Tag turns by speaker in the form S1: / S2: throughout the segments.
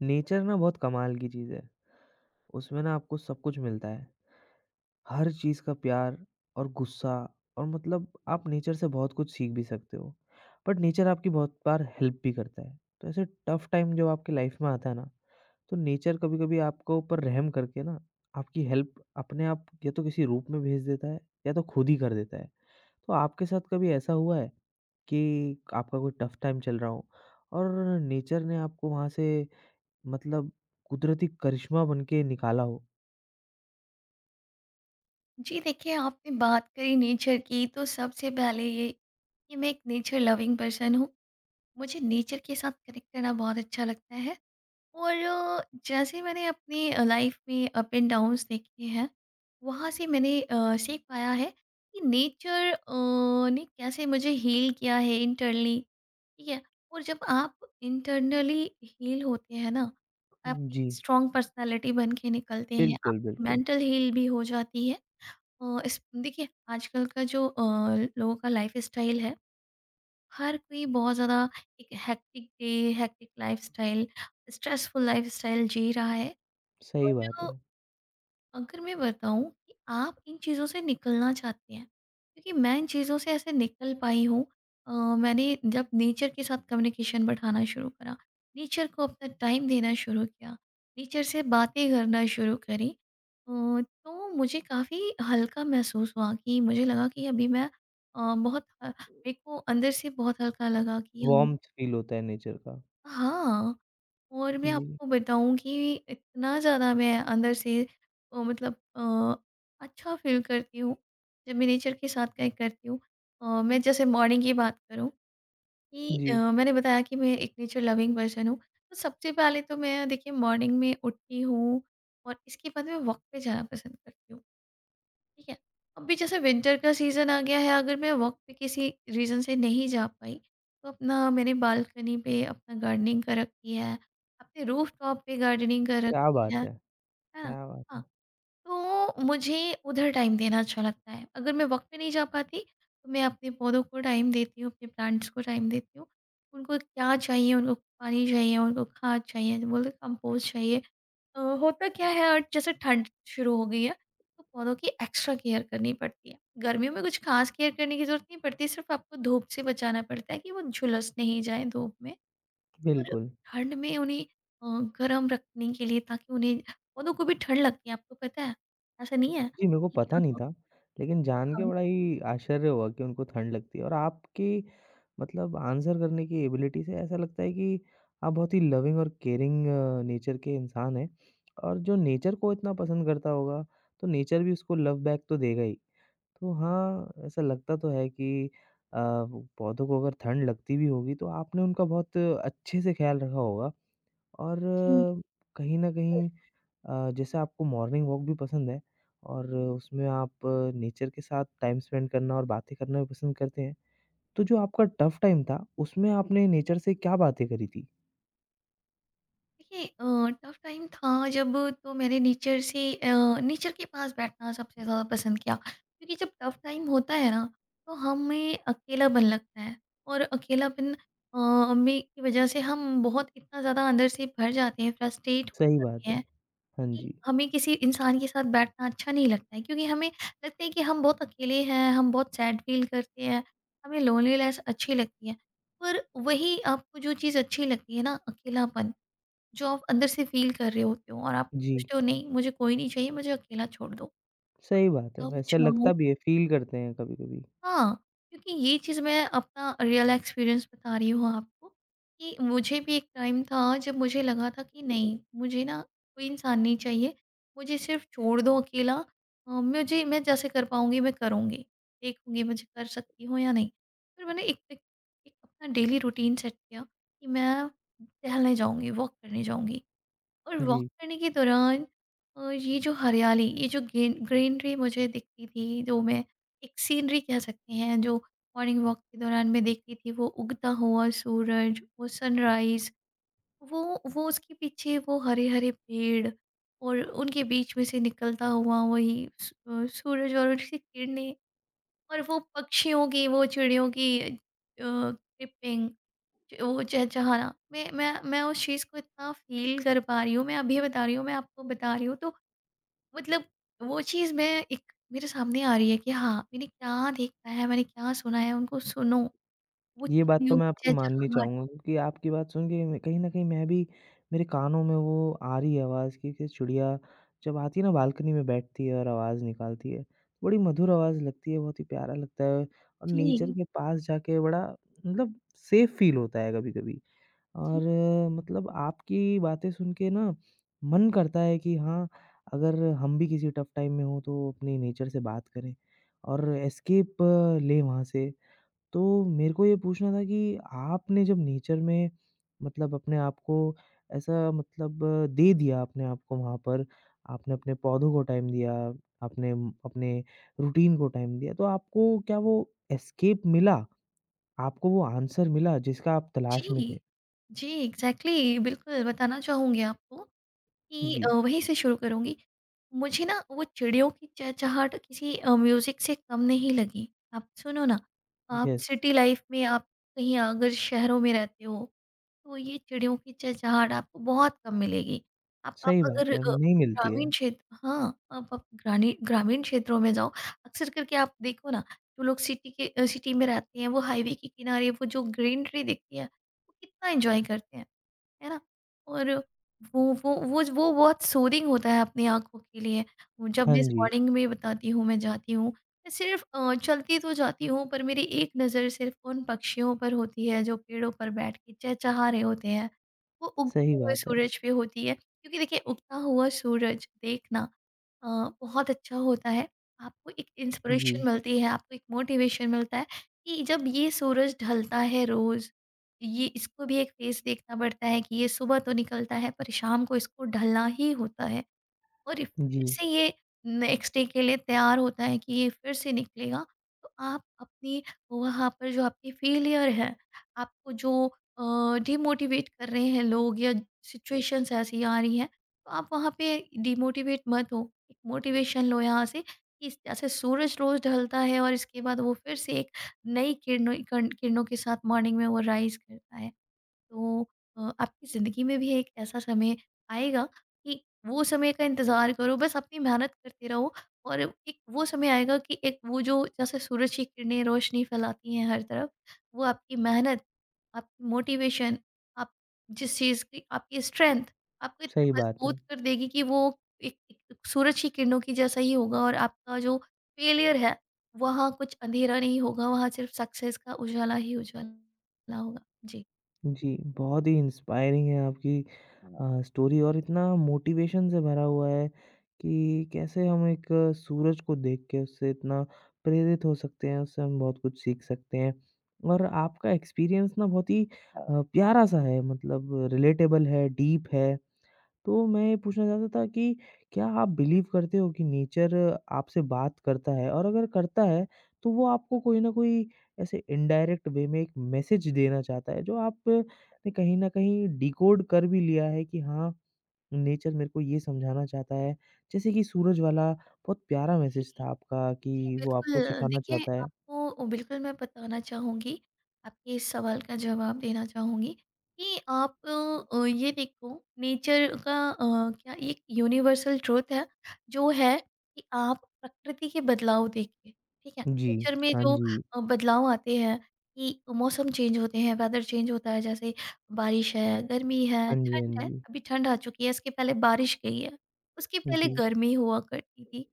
S1: Nature ना बहुत कमाल की चीज़ है। उसमें ना आपको सब कुछ मिलता है। हर चीज़ का प्यार और गुस्सा और मतलब आप नेचर से बहुत कुछ सीख भी सकते हो। बट नेचर आपकी बहुत बार हेल्प भी करता है। तो ऐसे टफ टाइम जब आपकी लाइफ़ में आता है ना, तो नेचर कभी-कभी आपके ऊपर रहम करके ना आपकी हेल्प अपने आप या तो किसी रूप में भेज देता है या तो खुद ही कर देता है। तो आपके साथ कभी ऐसा हुआ है कि आपका कोई टफ टाइम चल रहा हो और नेचर ने आपको वहाँ से मतलब कुदरती करिश्मा बन के निकाला हो।
S2: जी देखिए, आपने बात करी नेचर की। तो सबसे पहले ये कि मैं एक नेचर लविंग पर्सन हूँ, मुझे नेचर के साथ कनेक्ट करना बहुत अच्छा लगता है। और जैसे मैंने अपनी लाइफ में अप एंड डाउन्स देखे हैं, वहाँ से मैंने सीख पाया है कि नेचर ने कैसे मुझे हील किया है इंटरनली। ठीक है। और जब आप इंटरनली हील होते हैं ना, तो आप
S1: हुँ,
S2: एक
S1: जी।
S2: स्ट्रॉन्ग पर्सनालिटी बन के निकलते हैं,
S1: बिल्कुल,
S2: आपकी
S1: बिल्कुल।
S2: मेंटल हील भी हो जाती है। इस देखिए, आजकल का जो लोगों का लाइफ स्टाइल है, हर कोई बहुत ज़्यादा एक hectic day, hectic life style, stressful life style जी रहा है।
S1: सही
S2: और
S1: बात है।
S2: अगर मैं बताऊं कि आप इन चीज़ों से निकलना चाहते हैं, क्योंकि मैं इन चीज़ों से ऐसे निकल पाई हूँ। अ, मैंने जब नेचर के साथ कम्युनिकेशन बढ़ाना शुरू करा, नेचर को अपना टाइम देना शुरू किया, नेचर से बातें करना शुरू करी, तो मुझे काफ़ी हल्का महसूस हुआ। कि मुझे लगा कि अभी मैं बहुत मेरे को अंदर से बहुत हल्का लगा कि हम,
S1: वार्म्थ फील होता है नेचर का।
S2: हाँ। और मैं
S1: जी,
S2: आपको बताऊँ कि इतना ज़्यादा मैं अंदर से अ, मतलब अ, अच्छा फ़ील करती हूँ, जब मैं नेचर के साथ कहीं करती हूँ। मैं जैसे मॉर्निंग की बात करूँ कि
S1: जी।
S2: मैंने बताया कि मैं एक नेचर लविंग पर्सन हूँ। तो सबसे पहले तो मैं देखिए मॉर्निंग में उठती हूँ और इसके बाद मैं वॉक पे जाना पसंद करती हूँ। ठीक है। अभी जैसे विंटर का सीज़न आ गया है, अगर मैं वॉक पे किसी रीज़न से नहीं जा पाई, तो अपना मैंने बालकनी पे अपना गार्डनिंग कर रखी है, अपने रूफ टॉप पे गार्डनिंग कर
S1: क्या
S2: रखी
S1: बात है!
S2: है ना?
S1: क्या बात
S2: हाँ,
S1: है!
S2: तो मुझे उधर टाइम देना अच्छा लगता है। अगर मैं वॉक पे नहीं जा पाती, तो मैं अपने पौधों को टाइम देती हूँ, अपने प्लांट्स को टाइम देती हूँ। उनको क्या चाहिए, उनको पानी चाहिए, उनको खाद चाहिए, बोलते कंपोस्ट चाहिए, होता क्या है और जैसे ठंड शुरू हो गई है, तो पौधों की एक्स्ट्रा केयर करनी पड़ती है। गर्मियों में कुछ खास केयर करने की जरूरत नहीं पड़ती, सिर्फ आपको धूप से बचाना पड़ता है कि वो झुलस नहीं जाए धूप में। और
S1: बिल्कुल।
S2: ठंड में उन्हें अ, गर्म रखने के लिए, ताकि उन्हें, पौधों को भी ठंड लगती है, आपको पता है? ऐसा नहीं है
S1: जी, मेरे को
S2: कि,
S1: पता नहीं
S2: अ,
S1: था, लेकिन जान के
S2: हाँ,
S1: बड़ा ही आश्चर्य हुआ कि उनको ठंड लगती है और आपकी मतलब आंसर करने की एबिलिटी से ऐसा लगता है कि आप बहुत ही लविंग और केयरिंग नेचर के इंसान हैं और जो नेचर को इतना पसंद करता होगा, तो नेचर भी उसको लव बैक तो देगा ही। तो हाँ, ऐसा लगता तो है कि अ, वो पौधों को अगर ठंड लगती भी होगी तो आपने उनका बहुत अच्छे से ख्याल रखा होगा और
S2: जी
S1: कहीं न कहीं जैसे आपको मॉर्निंग वॉक भी पसंद है और उसमें आप नेचर के साथ टाइम स्पेंड करना और बातें करना भी पसंद करते हैं। तो जो आपका टफ टाइम था, उसमें आपने नेचर से क्या बातें करी थी?
S2: देखिए, टफ टाइम था जब, तो मैंने नेचर से, नेचर के पास बैठना सबसे ज़्यादा पसंद किया। क्योंकि जब टफ टाइम होता है ना, तो हमें अकेलापन लगता है। और अकेलापन में की वजह से हम बहुत इतना ज़्यादा अंदर से भर जाते हैं, फ्रस्ट्रेट
S1: सही
S2: हो जाते
S1: बात है।
S2: हैं।
S1: हाँ
S2: कि
S1: जी।
S2: हमें किसी इंसान के साथ बैठना अच्छा नहीं लगता है, क्योंकि हमें लगता है कि हम बहुत अकेले हैं, हम बहुत सैड फील करते हैं। हमें लोनलीनेस अच्छी लगती है। पर वही आपको जो चीज़ अच्छी लगती है ना, अकेलापन, जो आप अंदर से फ़ील कर रहे होते हो, और आप
S1: जी,
S2: सोचते हो नहीं मुझे कोई नहीं चाहिए, मुझे अकेला छोड़ दो।
S1: सही बात है।
S2: तब
S1: वैसा
S2: जाओ,
S1: लगता भी है, फ़ील करते हैं कभी-कभी।
S2: हाँ, क्योंकि ये चीज़ मैं अपना रियल एक्सपीरियंस बता रही हूँ आपको। कि मुझे भी एक टाइम था जब मुझे लगा था कि नहीं, मुझे ना कोई इंसान नहीं चाहिए, मुझे सिर्फ़ छोड़ दो अकेला। मुझे मैं जैसे कर पाऊँगी मैं करूँगी, देखूँगी मुझे कर सकती हूँ या नहीं। फिर मैंने एक एक एक अपना डेली रूटीन सेट किया कि मैं टहलने जाऊँगी, वॉक करने जाऊँगी। और वॉक
S1: जी।
S2: करने के दौरान ये जो हरियाली, ये जो ग्रीन ग्रीनरी मुझे दिखती थी, जो मैं एक सीनरी कह सकते हैं, जो मॉर्निंग वॉक के दौरान मैं देखती थी, वो उगता हुआ सूरज, वो सनराइज, वो वो उसके पीछे वो हरे हरे पेड़, और उनके बीच में से निकलता हुआ वही सूरज और उसकी किरणें, और वो पक्षियों की, वो चिड़ियों की ट्रिपिंग, वो चहचहाना, मैं उस चीज़ को इतना फ़ील कर पा रही हूँ, मैं अभी बता रही हूँ, मैं आपको बता रही हूँ। तो मतलब वो चीज़ मैं एक मेरे सामने आ रही है कि हाँ, मैंने क्या देखा है, मैंने क्या सुना है, उनको सुनो। वो
S1: ये बात तो
S2: चिड़ियों
S1: मैं
S2: की
S1: आपकी माननी
S2: चहचहाहट।
S1: चाहूँगा क्योंकि आपकी बात सुन के मैं कहीं न कहीं मैं भी मेरे कानों में वो आ रही है आवाज़ कि चिड़िया जब आती है ना बालकनी में बैठती है और आवाज़ निकालती है, बड़ी मधुर आवाज़ लगती है, बहुत ही प्यारा लगता है और नेचर
S2: जी,
S1: के पास जाके बड़ा मतलब सेफ़ फ़ील होता है कभी-कभी।
S2: जी,
S1: और मतलब आपकी बातें सुन के ना मन करता है कि हाँ, अगर हम भी किसी टफ टाइम में हों तो अपने नेचर से बात करें और एस्केप लें वहाँ से। तो मेरे को ये पूछना था कि आपने जब नेचर में मतलब अपने आप को ऐसा मतलब दे दिया अपने आप को वहाँ पर, आपने अपने पौधों को टाइम दिया, आपने अपने रूटीन को टाइम दिया, तो आपको क्या वो एस्केप मिला? आपको वो आंसर मिला जिसका आप तलाश में
S2: जी,
S1: थे?
S2: जी, एग्ज़ैक्टली, बिल्कुल बताना चाहूँगी आपको। कि
S1: जी,
S2: वहीं से शुरू करूँगी। मुझे ना वो चिड़ियों की चहचहाहट किसी म्यूज़िक से कम नहीं लगी। आप सुनो ना, हुँ। आप
S1: यस,
S2: सिटी लाइफ़ में, आप कहीं अगर शहरों में रहते हो, तो ये चिड़ियों की चहचहाहट आपको बहुत कम मिलेगी। आप
S1: सही बात
S2: अगर
S1: है, नहीं मिलती
S2: ग्रामीण
S1: है।
S2: क्षेत्र, हाँ, आप ग्रानी ग्रामीण क्षेत्रों में जाओ, अक्सर करके आप देखो ना, जो लोग सिटी के सिटी में रहते हैं, वो हाईवे के किनारे वो जो ग्रीनरी दिखती है, वो कितना एन्जॉय करते हैं। है ना? और वो बहुत सूदिंग होता है अपनी आँखों के लिए। वो जब
S1: हाँ
S2: मैं इस
S1: जी,
S2: मॉर्निंग में बताती हूँ, मैं जाती हूँ, मैं सिर्फ़ चलती तो जाती हूँ, पर मेरी एक नज़र सिर्फ़ उन पक्षियों पर होती है जो पेड़ों पर बैठ के चहचहा रहे होते हैं। वो उगते
S1: सही
S2: हुए
S1: बात है।
S2: सूरज पे होती है, क्योंकि देखिए उगता हुआ सूरज देखना अ, बहुत अच्छा होता है। आपको एक
S1: जी,
S2: इंस्पिरेशन मिलती है, आपको एक मोटिवेशन मिलता है कि जब ये सूरज ढलता है रोज़, ये इसको भी एक फेस देखना पड़ता है कि ये सुबह तो निकलता है पर शाम को इसको ढलना ही होता है। और ये फिर
S1: जी,
S2: से ये नेक्स्ट डे के लिए तैयार होता है कि ये फिर से निकलेगा। तो आप अपनी, वहाँ पर जो आपकी फेलियर है, आपको जो डिमोटिवेट कर रहे हैं लोग, या सिचुएशंस ऐसी आ रही हैं, तो आप वहाँ पे डिमोटिवेट मत हो। एक मोटिवेशन लो यहाँ से कि इस- जैसे सूरज रोज़ ढलता है और इसके बाद वो फिर से एक नई किरणों, कण किरणों के साथ मॉर्निंग में वो राइज़ करता है। तो आपकी ज़िंदगी में भी एक ऐसा समय आएगा, कि वो समय का इंतज़ार करो, बस अपनी मेहनत करते रहो, और एक वो समय आएगा कि एक वो जो, जैसे सूरज की किरणें रोशनी फैलाती हैं हर तरफ, वो आपकी मेहनत, आपकी मोटिवेशन, आप जिस चीज़ की आपकी स्ट्रेंथ, आपको इतना
S1: सही बात
S2: मजबूत
S1: है।
S2: कर देगी कि वो एक, एक सूरज की किरणों की जैसा ही होगा। और आपका जो फेलियर है, वहाँ कुछ अंधेरा नहीं होगा, वहाँ सिर्फ सक्सेस का उजाला ही उजाला होगा। जी।
S1: जी, बहुत ही इंस्पायरिंग है आपकी हाँ। स्टोरी और इतना मोटिवेशन से भरा हुआ है कि कैसे हम एक सूरज को देख के उससे इतना प्रेरित हो सकते हैं, उससे हम बहुत कुछ सीख सकते हैं। और आपका एक्सपीरियंस ना बहुत ही हाँ। प्यारा-सा है मतलब रिलेटेबल है, डीप है। तो मैं ये पूछना चाहता था कि क्या आप बिलीव करते हो कि नेचर आपसे बात करता है? और अगर करता है, तो वो आपको कोई न कोई ऐसे इनडायरेक्ट वे में एक मैसेज देना चाहता है, जो आपने कहीं न कहीं डिकोड कर भी लिया है कि हाँ, नेचर मेरे को ये समझाना चाहता है। जैसे कि सूरज वाला बहुत प्यारा मैसेज था आपका
S2: जी,
S1: कि वो आपको
S2: बिल्कुल।
S1: सिखाना
S2: देखिए,
S1: चाहता है।
S2: आपको बिल्कुल मैं बताना चाहूँगी, आपके इस सवाल का जवाब देना चाहूँगी कि आप, ये देखो, नेचर का क्या एक यूनिवर्सल ट्रुथ है, जो है कि आप प्रकृति के बदलाव देखिए, ठीक है?
S1: जी,
S2: नेचर में
S1: हाँ
S2: जो
S1: जी।
S2: बदलाव आते हैं, कि मौसम चेंज होते हैं, वेदर चेंज होता है, जैसे बारिश है, गर्मी है,
S1: हाँ जी,
S2: ठंड
S1: हाँ
S2: है,
S1: जी।
S2: अभी ठंड आ चुकी है, इसके पहले बारिश गई है, उसके पहले
S1: जी,
S2: गर्मी हुआ करती थी।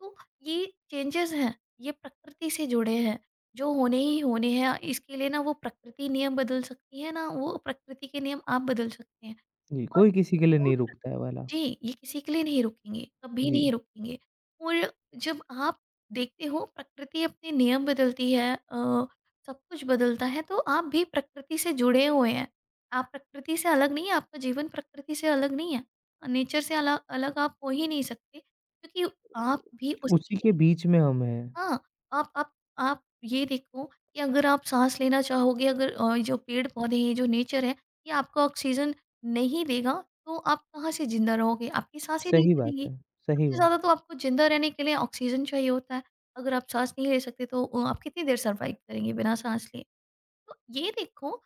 S2: तो ये चेंजेस हैं, ये प्रकृति से जुड़े हैं, जो होने ही होने हैं। इसके लिए ना वो प्रकृति नियम बदल सकती है, ना वो प्रकृति के नियम आप बदल सकते हैं।
S1: जी,
S2: और
S1: कोई किसी के लिए
S2: वो
S1: नहीं
S2: प्र
S1: रुकता है वाला।
S2: जी, ये किसी के लिए नहीं रुकेंगे, कभी नहीं
S1: जी,
S2: रुकेंगे। और जब आप देखते हो प्रकृति अपने नियम बदलती है, सब कुछ बदलता है, तो आप भी प्रकृति से जुड़े हुए हैं। आप प्रकृति से अलग नहीं हैं, आपका जीवन प्रकृति से अलग नहीं है। नेचर से अला अलग आप हो ही नहीं सकते, क्योंकि आप भी उसकी
S1: उसी के
S2: देन,
S1: बीच में हम हैं।
S2: हाँ, आप आप आप ये देखो कि अगर आप साँस लेना चाहोगे, अगर जो पेड़-पौधे हैं, जो नेचर है, ये आपको ऑक्सीजन नहीं देगा, तो आप कहाँ से ज़िंदा रहोगे? आपकी सांसें नहीं
S1: सही बात
S2: चलेंगी।
S1: है, सही
S2: सबसे
S1: बात
S2: ज़्यादा
S1: है।
S2: तो आपको ज़िंदा रहने के लिए ऑक्सीजन चाहिए होता है। अगर आप साँस नहीं ले सकते तो आप कितनी देर सर्वाइव करेंगे बिना साँस लिए? तो ये देखो,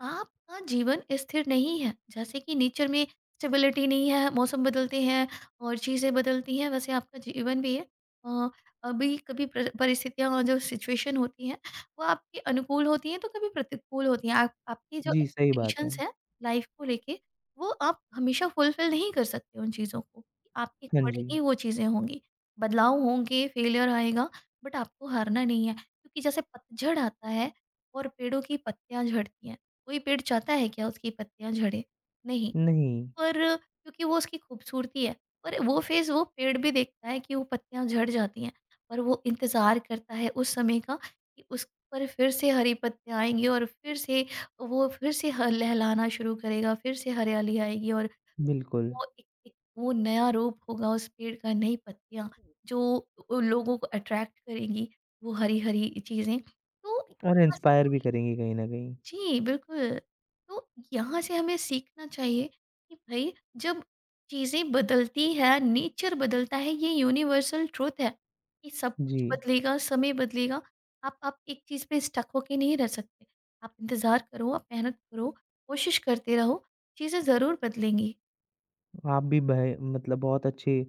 S2: आपका जीवन स्थिर नहीं है। जैसे कि नेचर में स्टेबिलिटी नहीं है, मौसम बदलते हैं और चीज़ें बदलती हैं, वैसे आपका जीवन भी है। अ, अभी कभी परिस्थितियाँ और जो सिचुएशन होती हैं, वो आपके अनुकूल होती हैं, तो कभी प्रतिकूल होती हैं। आप आपकी जो
S1: जी, सही बात है।
S2: एक्सपेक्टेशंस हैं लाइफ को लेके, वो आप हमेशा फुलफिल नहीं कर सकते उन चीज़ों को। आपके
S1: हाँ जी।
S2: अकॉर्डिंग ही वो चीज़ें होंगी, बदलाव होंगे, फेलियर आएगा, बट आपको हारना नहीं है। क्योंकि जैसे पतझड़ आता है और पेड़ों की पत्तियां झड़ती हैं, कोई पेड़ चाहता है क्या उसकी पत्तियाँ झड़े? नहीं।
S1: नहीं,
S2: पर क्योंकि वो उसकी खूबसूरती है। और वो फ़ेज़ वो पेड़ भी देखता है कि वो पत्तियाँ झड़ जाती हैं, पर वो इंतज़ार करता है उस समय का कि उस पर फिर से हरी पत्तियाँ आएँगी, और फिर से वो फिर से ह लहलहाना शुरू करेगा, फिर से हरियाली आएगी, और
S1: बिल्कुल
S2: वो एक एक वो नया रूप होगा उस पेड़ का, नई पत्तियाँ जो लोगों को अट्रैक्ट करेंगी, वो हरी-हरी चीज़ें। तो
S1: और
S2: यहाँ से
S1: इंस्पायर भी
S2: हमें,
S1: करेंगे कहीं न कहीं।
S2: जी, बिल्कुल। तो यहाँ से हमें सीखना चाहिए कि भई जब चीज़ें बदलती हैं, नेचर बदलता है, ये यूनिवर्सल ट्रुथ है कि सब कुछ
S1: जी,
S2: बदलेगा, समय बदलेगा। आप एक चीज़ पे स्टक होके नहीं रह सकते। आप इंतज़ार करो, आप मेहनत करो, कोशिश करते रहो, चीज़ें ज़रूर बदलेंगी।
S1: आप भी बह मतलब बहुत अच्छे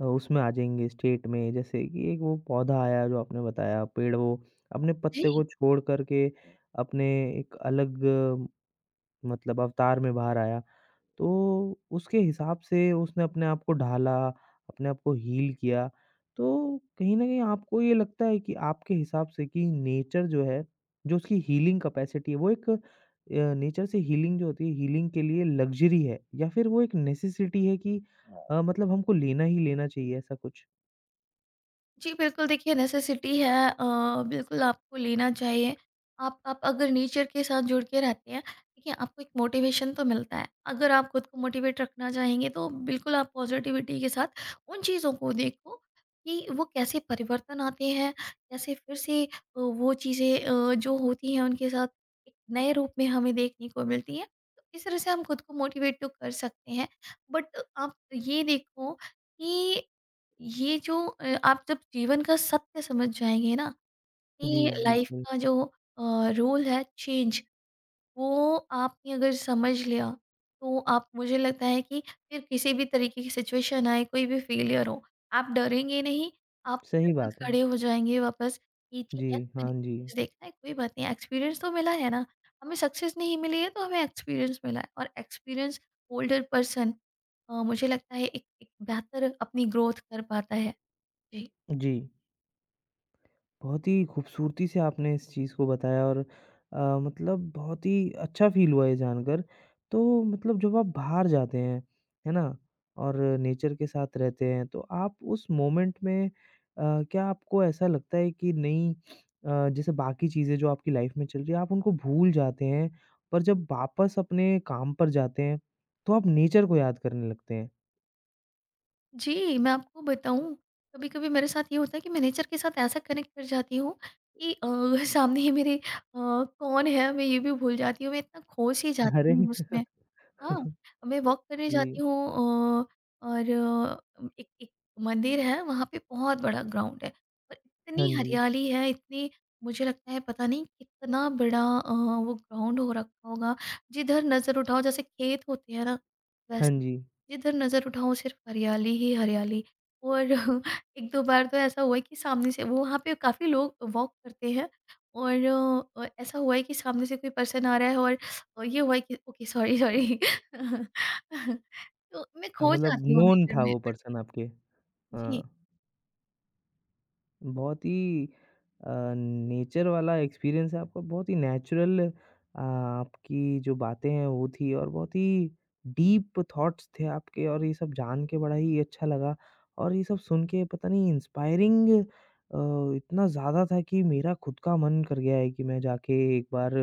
S1: उसमें आ जाएँगे स्टेट में जैसे कि एक वो पौधा आया जो आपने बताया, पेड़ वो अपने
S2: जी।
S1: पत्ते को छोड़ कर के अपने एक अलग मतलब अवतार में बाहर आया। तो उसके हिसाब से उसने अपने आप को ढाला, अपने आप को हील किया। तो कहीं न कहीं आपको ये लगता है कि आपके हिसाब से कि नेचर जो है, जो उसकी हीलिंग कैपेसिटी है वो एक नेचर से हीलिंग जो होती है, हीलिंग के लिए लग्ज़री है या फिर वो एक नेसेसिटी है कि हाँ। मतलब हमको लेना ही लेना चाहिए ऐसा कुछ?
S2: जी, बिल्कुल देखिए, नेसेसिटी है, बिल्कुल आपको लेना चाहिए। आप अगर नेचर के साथ जुड़ के रहते हैं, देखिए आपको एक मोटिवेशन तो मिलता है। अगर आप खुद को मोटिवेट रखना चाहेंगे, तो बिल्कुल आप पॉज़िटिविटी के साथ उन चीज़ों को देखो कि वो कैसे परिवर्तन आते हैं, कैसे फिर से वो चीज़ें जो होती हैं उनके साथ एक नए रूप में हमें देखने को मिलती हैं। तो इस तरह से हम खुद को मोटिवेट तो कर सकते हैं। बट आप ये देखो कि ये जो आप जब जीवन का सत्य समझ जाएँगे ना,
S1: जी,
S2: कि लाइफ
S1: बिल्कुल।
S2: का जो रूल है चेंज, वो आपने अगर समझ लिया, तो आप, मुझे लगता है कि फिर किसी भी तरीके की सिचुएशन आए, कोई भी फेलियर हो, आप डरेंगे नहीं, आप
S1: सही
S2: बिल्कुल
S1: बात है।
S2: खड़े हो जाएँगे वापस कि ठीक
S1: जी,
S2: है, मैंने
S1: हाँ जी।
S2: कुछ देखा है, कोई बात नहीं, एक्सपीरियंस तो मिला है ना। हमें सक्सेस नहीं मिली है, तो हमें एक्सपीरियंस मिला है, और एक्सपीरियंस होल्डर पर्सन, मुझे लगता है एक एक बेहतर अपनी ग्रोथ कर पाता है। जी।
S1: जी। बहुत ही खूबसूरती से आपने इस चीज़ को बताया और मतलब बहुत ही अच्छा फ़ील हुआ ये जानकर। तो मतलब जब आप बाहर जाते हैं, है ना? और नेचर के साथ रहते हैं, तो आप उस मोमेंट में क्या आपको ऐसा लगता है कि नहीं जैसे बाकी चीज़ें जो आपकी लाइफ़ में चल रही है, आप उनको भूल जाते हैं, पर जब वापस अपने काम पर जाते हैं, तो आप नेचर को याद करने लगते हैं?
S2: जी, मैं आपको बताऊँ, कभी-कभी मेरे साथ ये होता है कि मैं नेचर के साथ ऐसा कनेक्ट कर जाती हूँ कि सामने ही मेरे कौन है मैं ये भी भूल जाती हूँ, मैं इतना खो सी जाती
S1: अरे!
S2: हूँ उसमें। हाँ, मैं वॉक करने जाती
S1: जी।
S2: हूँ, अ, और अ, एक एक मंदिर है, वहाँ पे बहुत बड़ा ग्राउंड है, और
S1: हाँ
S2: इतनी
S1: जी।
S2: हरियाली है, इतनी, मुझे लगता है पता नहीं कितना बड़ा वो ग्राउंड हो रखा होगा। जिधर नज़र उठाओ, जैसे खेत होते हैं ना,
S1: हाँ
S2: वैसे,
S1: जी।
S2: जिधर नज़र उठाओ सिर्फ हरियाली ही हरियाली। और 1-2 बार तो ऐसा हुआ है कि सामने से, वो वहाँ पे काफ़ी लोग वॉक करते हैं, और ऐसा हुआ है कि सामने से कोई पर्सन आ रहा है और ये हुआ है कि ओके सॉरी, सॉरी। तो मैं
S1: हाँ,
S2: खो
S1: मतलब
S2: जाती हूँ
S1: नोन
S2: नेचर
S1: था
S2: में।
S1: वो पर्सन आपके।
S2: जी,
S1: हाँ, बहुत ही अ, नेचर वाला एक्सपीरियंस है आपका, बहुत ही नेचुरल आपकी जो बातें हैं वो थी और बहुत ही डीप थॉट्स थे आपके और ये सब जान के बड़ा ही अच्छा लगा और ये सब सुन के पता नहीं इंस्पायरिंग इतना ज़्यादा था कि मेरा खुद का मन कर गया है कि मैं जाके एक बार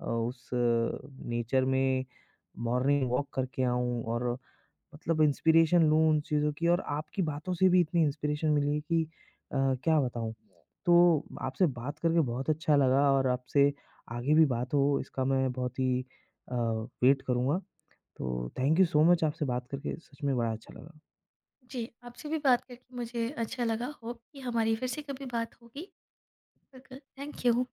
S1: उस नेचर में मॉर्निंग वॉक करके आऊँ और मतलब इंस्पिरेशन लूँ उन चीज़ों की और आपकी बातों से भी इतनी इंस्पिरेशन मिली कि अ, क्या बताऊँ। तो आपसे बात करके बहुत अच्छा लगा और आपसे आगे भी बात हो इसका मैं बहुत ही वेट करूँगा। तो थैंक यू सो मच आपसे बात करके सच में बड़ा अच्छा लगा।
S2: जी, आपसे भी बात करके मुझे अच्छा लगा। होप कि हमारी फिर से कभी बात होगी। बिल्कुल, थैंक यू।